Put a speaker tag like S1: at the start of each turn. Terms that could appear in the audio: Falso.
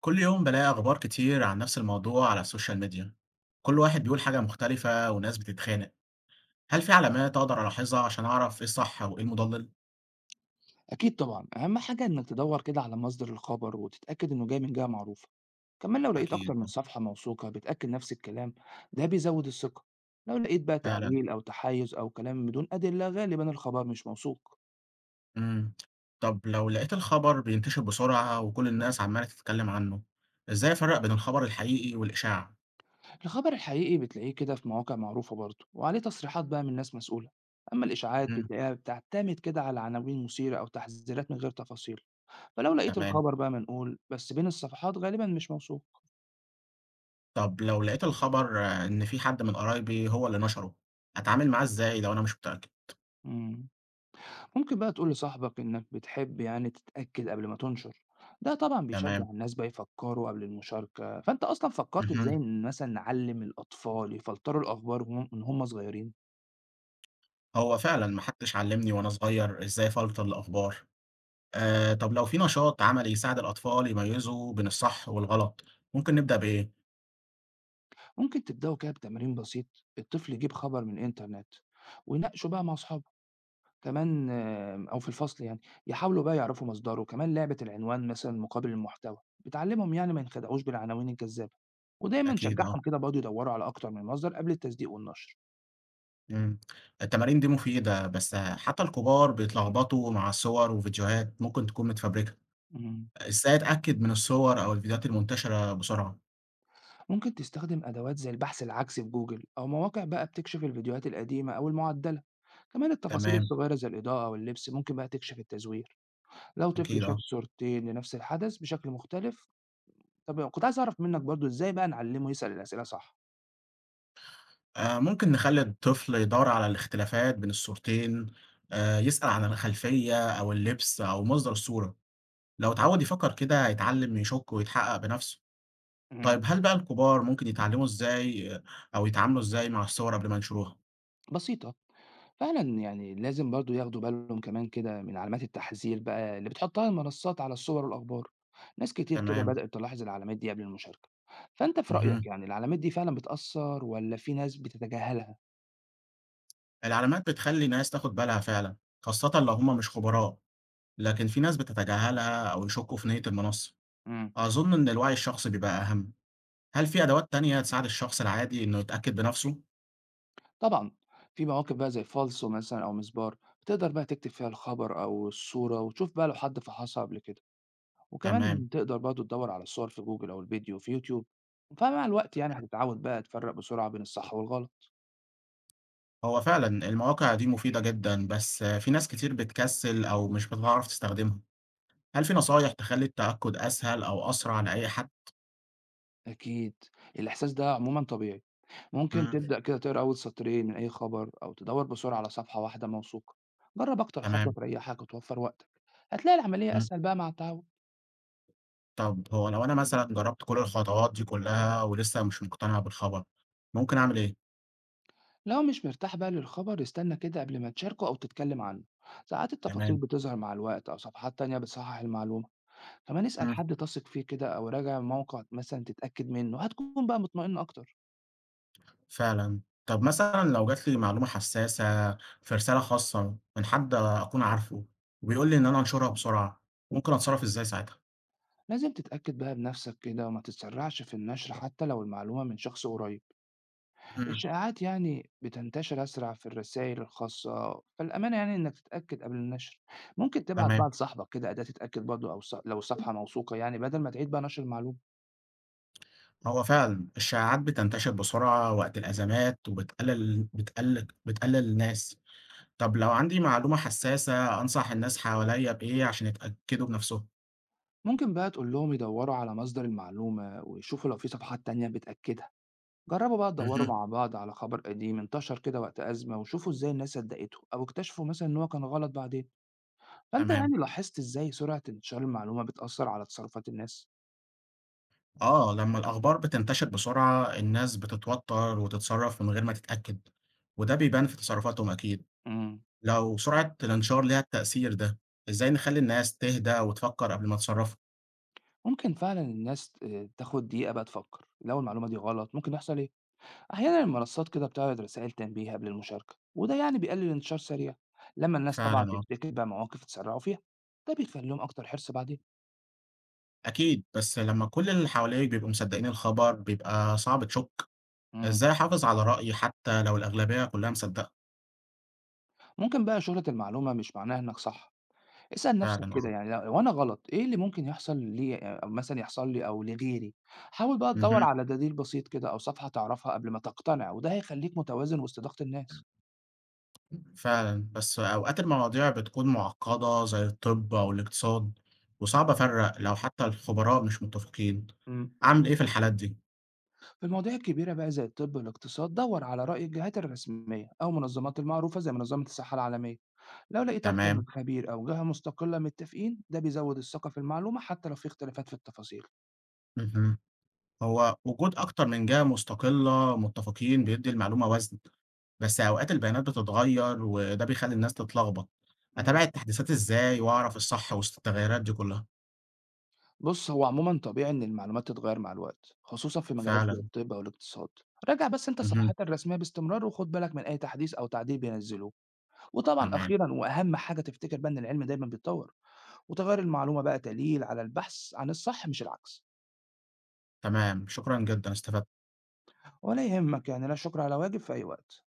S1: كل يوم بلاقي أخبار كتير عن نفس الموضوع على السوشيال ميديا. كل واحد بيقول حاجة مختلفة وناس بتتخانق. هل في علامات أقدر ألاحظها عشان أعرف إيه الصح وإيه المضلل؟
S2: أكيد طبعًا، أهم حاجة إنك تدوّر كده على مصدر الخبر وتتأكد إنه جاي من جهة معروفة، كمان لو لقيت أكتر
S1: أكيد
S2: من
S1: آه.
S2: صفحة موثوقة بتأكد نفس الكلام ده بيزود الثقة، لو لقيت بقى
S1: فعلا.
S2: تهويل أو تحيُّز أو كلام بدون أدلة غالبًا الخبر مش موثوق،
S1: مم. طب لو لقيت الخبر بينتشر بسرعة وكل الناس عمالة تتكلم عنه، إزاي أفرق بين الخبر الحقيقي والإشاعة؟
S2: الخبر الحقيقي بتلاقيه كده في مواقع معروفة برضه وعليه تصريحات بقى من ناس مسؤولة، أما الإشاعات
S1: مم.
S2: بتلاقيها بتعتمد كده على عناوين مثيرة أو تحذيرات من غير تفاصيل، فلو لقيت
S1: تمام.
S2: الخبر بقى منقول بس بين الصفحات غالبًا مش موثوق.
S1: طب لو لقيت الخبر إن في حد من قرايبي هو اللي نشره، هتعامل معاه إزاي لو أنا مش متأكد؟
S2: إمم. ممكن بقى تقول لصاحبك إنك بتحب يعني تتأكد قبل ما تنشر، ده طبعا بيشجع
S1: تمام.
S2: الناس بقى يفكروا قبل المشاركة. فأنت أصلا فكرت إزاي
S1: مهم.
S2: إن مثلا نعلم الأطفال يفلتروا الأخبار من هم صغيرين؟
S1: هو فعلا محدش علمني وأنا صغير إزاي فلتر الأخبار. طب لو في نشاط عملي يساعد الأطفال يميزوا بين الصح والغلط، ممكن نبدأ بإيه؟
S2: ممكن تبدأوا كده بتمرين بسيط، الطفل يجيب خبر من الإنترنت ويناقشه بقى مع أصحابه، كمان أو في الفصل يعني يحاولوا بقى يعرفوا مصدره. كمان لعبة العنوان مثلا مقابل المحتوى بتعلمهم يعني ما ينخدعوش بالعناوين الجذابة، ودايما
S1: أكيد أه.
S2: شجعهم كده برضه يدوروا على أكتر من مصدر قبل التصديق والنشر.
S1: مم. التمارين دي مفيدة بس حتى الكبار بيتلخبطوا مع صور وفيديوهات ممكن تكون متفبركة.
S2: مم.
S1: إزاي أتأكد من الصور أو الفيديوهات المنتشرة بسرعة؟
S2: ممكن تستخدم أدوات زي البحث العكسي في جوجل أو مواقع بقى بتكشف الفيديوهات القديمة أو المعدلة، كمان التفاصيل
S1: تمام.
S2: الصغيرة زي الإضاءة واللبس ممكن بقى تكشف التزوير لو طفل
S1: أكيد
S2: شاف
S1: أه.
S2: صورتين لنفس الحدث بشكل مختلف. طب كنت عايز أعرف منك برضو إزاي بقى نعلمه يسأل الأسئلة صح؟
S1: ممكن نخلي الطفل يدور على الاختلافات بين الصورتين، يسأل عن الخلفية أو اللبس أو مصدر الصورة، لو اتعود يفكر كده هيتعلم يشك ويتحقق بنفسه.
S2: مم.
S1: طيب هل بقى الكبار ممكن يتعلموا إزاي أو يتعاملوا إزاي مع الصور قبل ما ينشروها؟
S2: بسيطة، فعلا يعني لازم برضو ياخدوا بالهم كمان كده من علامات التحذير بقى اللي بتحطها المنصات على الصور والأخبار. ناس كتير كده
S1: تمام.
S2: بدأت تلاحظ العلامات دي قبل المشاركة. فأنت في
S1: اهم.
S2: رأيك يعني العلامات دي فعلا بتأثر ولا في ناس بتتجاهلها؟
S1: العلامات بتخلّي ناس تاخد بالها فعلًا، خاصةً لو هم مش خبراء، لكن في ناس بتتجاهلها أو يشكوا في نية المنصة.
S2: إمم.
S1: أظن إن الوعي الشخصي بيبقى أهم. هل في أدوات تانية تساعد الشخص العادي إنه يتأكد بنفسه؟
S2: طبعًا، في مواقف بقى زي Falso مثلًا أو مسبار، بتقدر بقى تكتب فيها الخبر أو الصورة وتشوف بقى لو حد فحصها قبل كده،
S1: تمام.
S2: وكمان تقدر برضه تدوّر على الصور في جوجل أو الفيديو في يوتيوب، فمع الوقت يعني هتتعود بقى تفرّق بسرعة بين الصح والغلط.
S1: هو فعلًا المواقع دي مفيدة جدًا، بس في ناس كتير بتكسل أو مش بتعرف تستخدمها. هل في نصايح تخلّي التأكد أسهل أو أسرع لأي حد؟
S2: أكيد، الإحساس ده عمومًا طبيعي، ممكن
S1: إمم.
S2: تبدأ كده تقرا أول سطرين من أي خبر أو تدوّر بسرعة على صفحة واحدة موثوقة، جرّب أكتر خطوة
S1: تمام.
S2: تريّحك وتوفّر وقتك، هتلاقي العملية
S1: إمم.
S2: أسهل بقى مع التعود.
S1: طب هو لو أنا مثلًا جرّبت كل الخطوات دي كلّها ولسه مش مقتنع بالخبر، ممكن أعمل إيه؟
S2: لو مش مرتاح بقى للخبر استنى كده قبل ما تشاركه أو تتكلم عنه، ساعات التفاصيل
S1: تمام.
S2: بتظهر مع الوقت أو صفحات تانية بتصحح المعلومة. كمان اسأل
S1: إمم.
S2: حد تثق فيه كده أو راجع موقع مثلا تتأكد منه، هتكون بقى مطمئن أكتر.
S1: فعلًا. طب مثلًا لو جات لي معلومة حساسة في رسالة خاصة من حد أكون عارفه وبيقول لي إن أنا أنشرها بسرعة، ممكن أتصرّف إزاي ساعتها؟
S2: لازم تتأكد بقى بنفسك كده وما تتسرعش في النشر حتى لو المعلومة من شخص قريب.
S1: إمم.
S2: الشائعات يعني بتنتشر أسرع في الرسائل الخاصة، فالأمانة يعني إنك تتأكد قبل النشر. ممكن تبعت بقى
S1: تمام.
S2: لصاحبك كده أداة تتأكد برضه أو لو صفحة موثوقة يعني بدل ما تعيد بقى نشر المعلومة.
S1: هو فعلًا الشائعات بتنتشر بسرعة وقت الأزمات وبتقلل بتقلل الناس. طب لو عندي معلومة حساسة أنصح الناس حواليّا بإيه عشان يتأكدوا بنفسهم؟
S2: ممكن بقى تقول لهم يدوروا على مصدر المعلومة ويشوفوا لو في صفحات تانية بتأكدها. جربوا بقى تدوروا
S1: اهم.
S2: مع بعض على خبر قديم انتشر كده وقت أزمة وشوفوا ازاي الناس صدقته أو اكتشفوا مثلا إن هو كان غلط بعدين. فأنت
S1: تمام.
S2: يعني لاحظت ازاي سرعة انتشار المعلومة بتأثر على تصرفات الناس؟
S1: لمّا الأخبار بتنتشر بسرعة، الناس بتتوتر وتتصرف من غير ما تتأكد، وده بيبان في تصرفاتهم أكيد.
S2: مم.
S1: لو سرعة الانتشار ليها التأثير ده، إزاي نخلي الناس تهدى وتفكر قبل ما تتصرف؟
S2: ممكن فعلا الناس تاخد دقيقة بقى تفكر لو المعلومة دي غلط ممكن يحصل ايه؟ أحيانا المنصات كده بتعرض رسائل تنبيه قبل المشاركة، وده يعني بيقلل انتشار سريع لما الناس طبعا
S1: فعلًا آه.
S2: تفتكر بقى مواقف تسرعوا فيها، ده بيخليهم أكتر حرص بعدين.
S1: أكيد، بس لمّا كل اللي حواليك بيبقوا مصدقين الخبر، بيبقى صعب تشك.
S2: مم.
S1: إزاي أحافظ على رأيي حتى لو الأغلبية كلها مصدقة؟
S2: ممكن بقى شهرة المعلومة مش معناها إنك صح، اسأل نفسك
S1: فعلًا آه.
S2: كده يعني لو أنا غلط إيه اللي ممكن يحصل لي أو مثلًا يحصل لي أو لغيري، حاول بقى تدوّر
S1: اهم.
S2: على دليل بسيط كده أو صفحة تعرفها قبل ما تقتنع، وده هيخليك متوازن وسط ضغط الناس.
S1: فعلا بس أوقات المواضيع بتكون معقدة زي الطب أو الاقتصاد، وصعب أفرق لو حتى الخبراء مش متفقين.
S2: امم
S1: أعمل إيه في الحالات دي؟
S2: في المواضيع الكبيرة بقى زي الطب والاقتصاد دور على رأي الجهات الرسمية أو منظمات المعروفة زي منظمة الصحة العالمية، لو لقيت أكتر
S1: تمام.
S2: من خبير أو جهة مستقلة متفقين ده بيزود الثقة في المعلومة حتى لو في اختلافات في التفاصيل.
S1: مهم. هو وجود أكتر من جهة مستقلة متفقين بيدي المعلومة وزن، بس أوقات البيانات بتتغير وده بيخلي الناس تتلخبط. أتابع
S2: امم
S1: التحديثات إزاي وأعرف الصح وسط التغيرات دي كلها؟
S2: بُص، هو عمومًا طبيعي إن المعلومات تتغيّر مع الوقت، خصوصًا في مجالات زي
S1: فعلا.
S2: الطِب أو الاقتصاد. راجع بس أنت
S1: مهم.
S2: الصفحات الرسمية باستمرار وخُد بالك من أي تحديث أو تعديل بينزّلوه. وطبعًا
S1: تمام.
S2: أخيرًا وأهم حاجة تفتكر بقى إن العلم دايمًا بيتطوّر، وتغيّر المعلومة بقى دليل على البحث عن الصح مش العكس.
S1: تمام، شكرا جدا استفدت.
S2: ولا يهمك يعني، لا شكر على واجب، في أي وقت.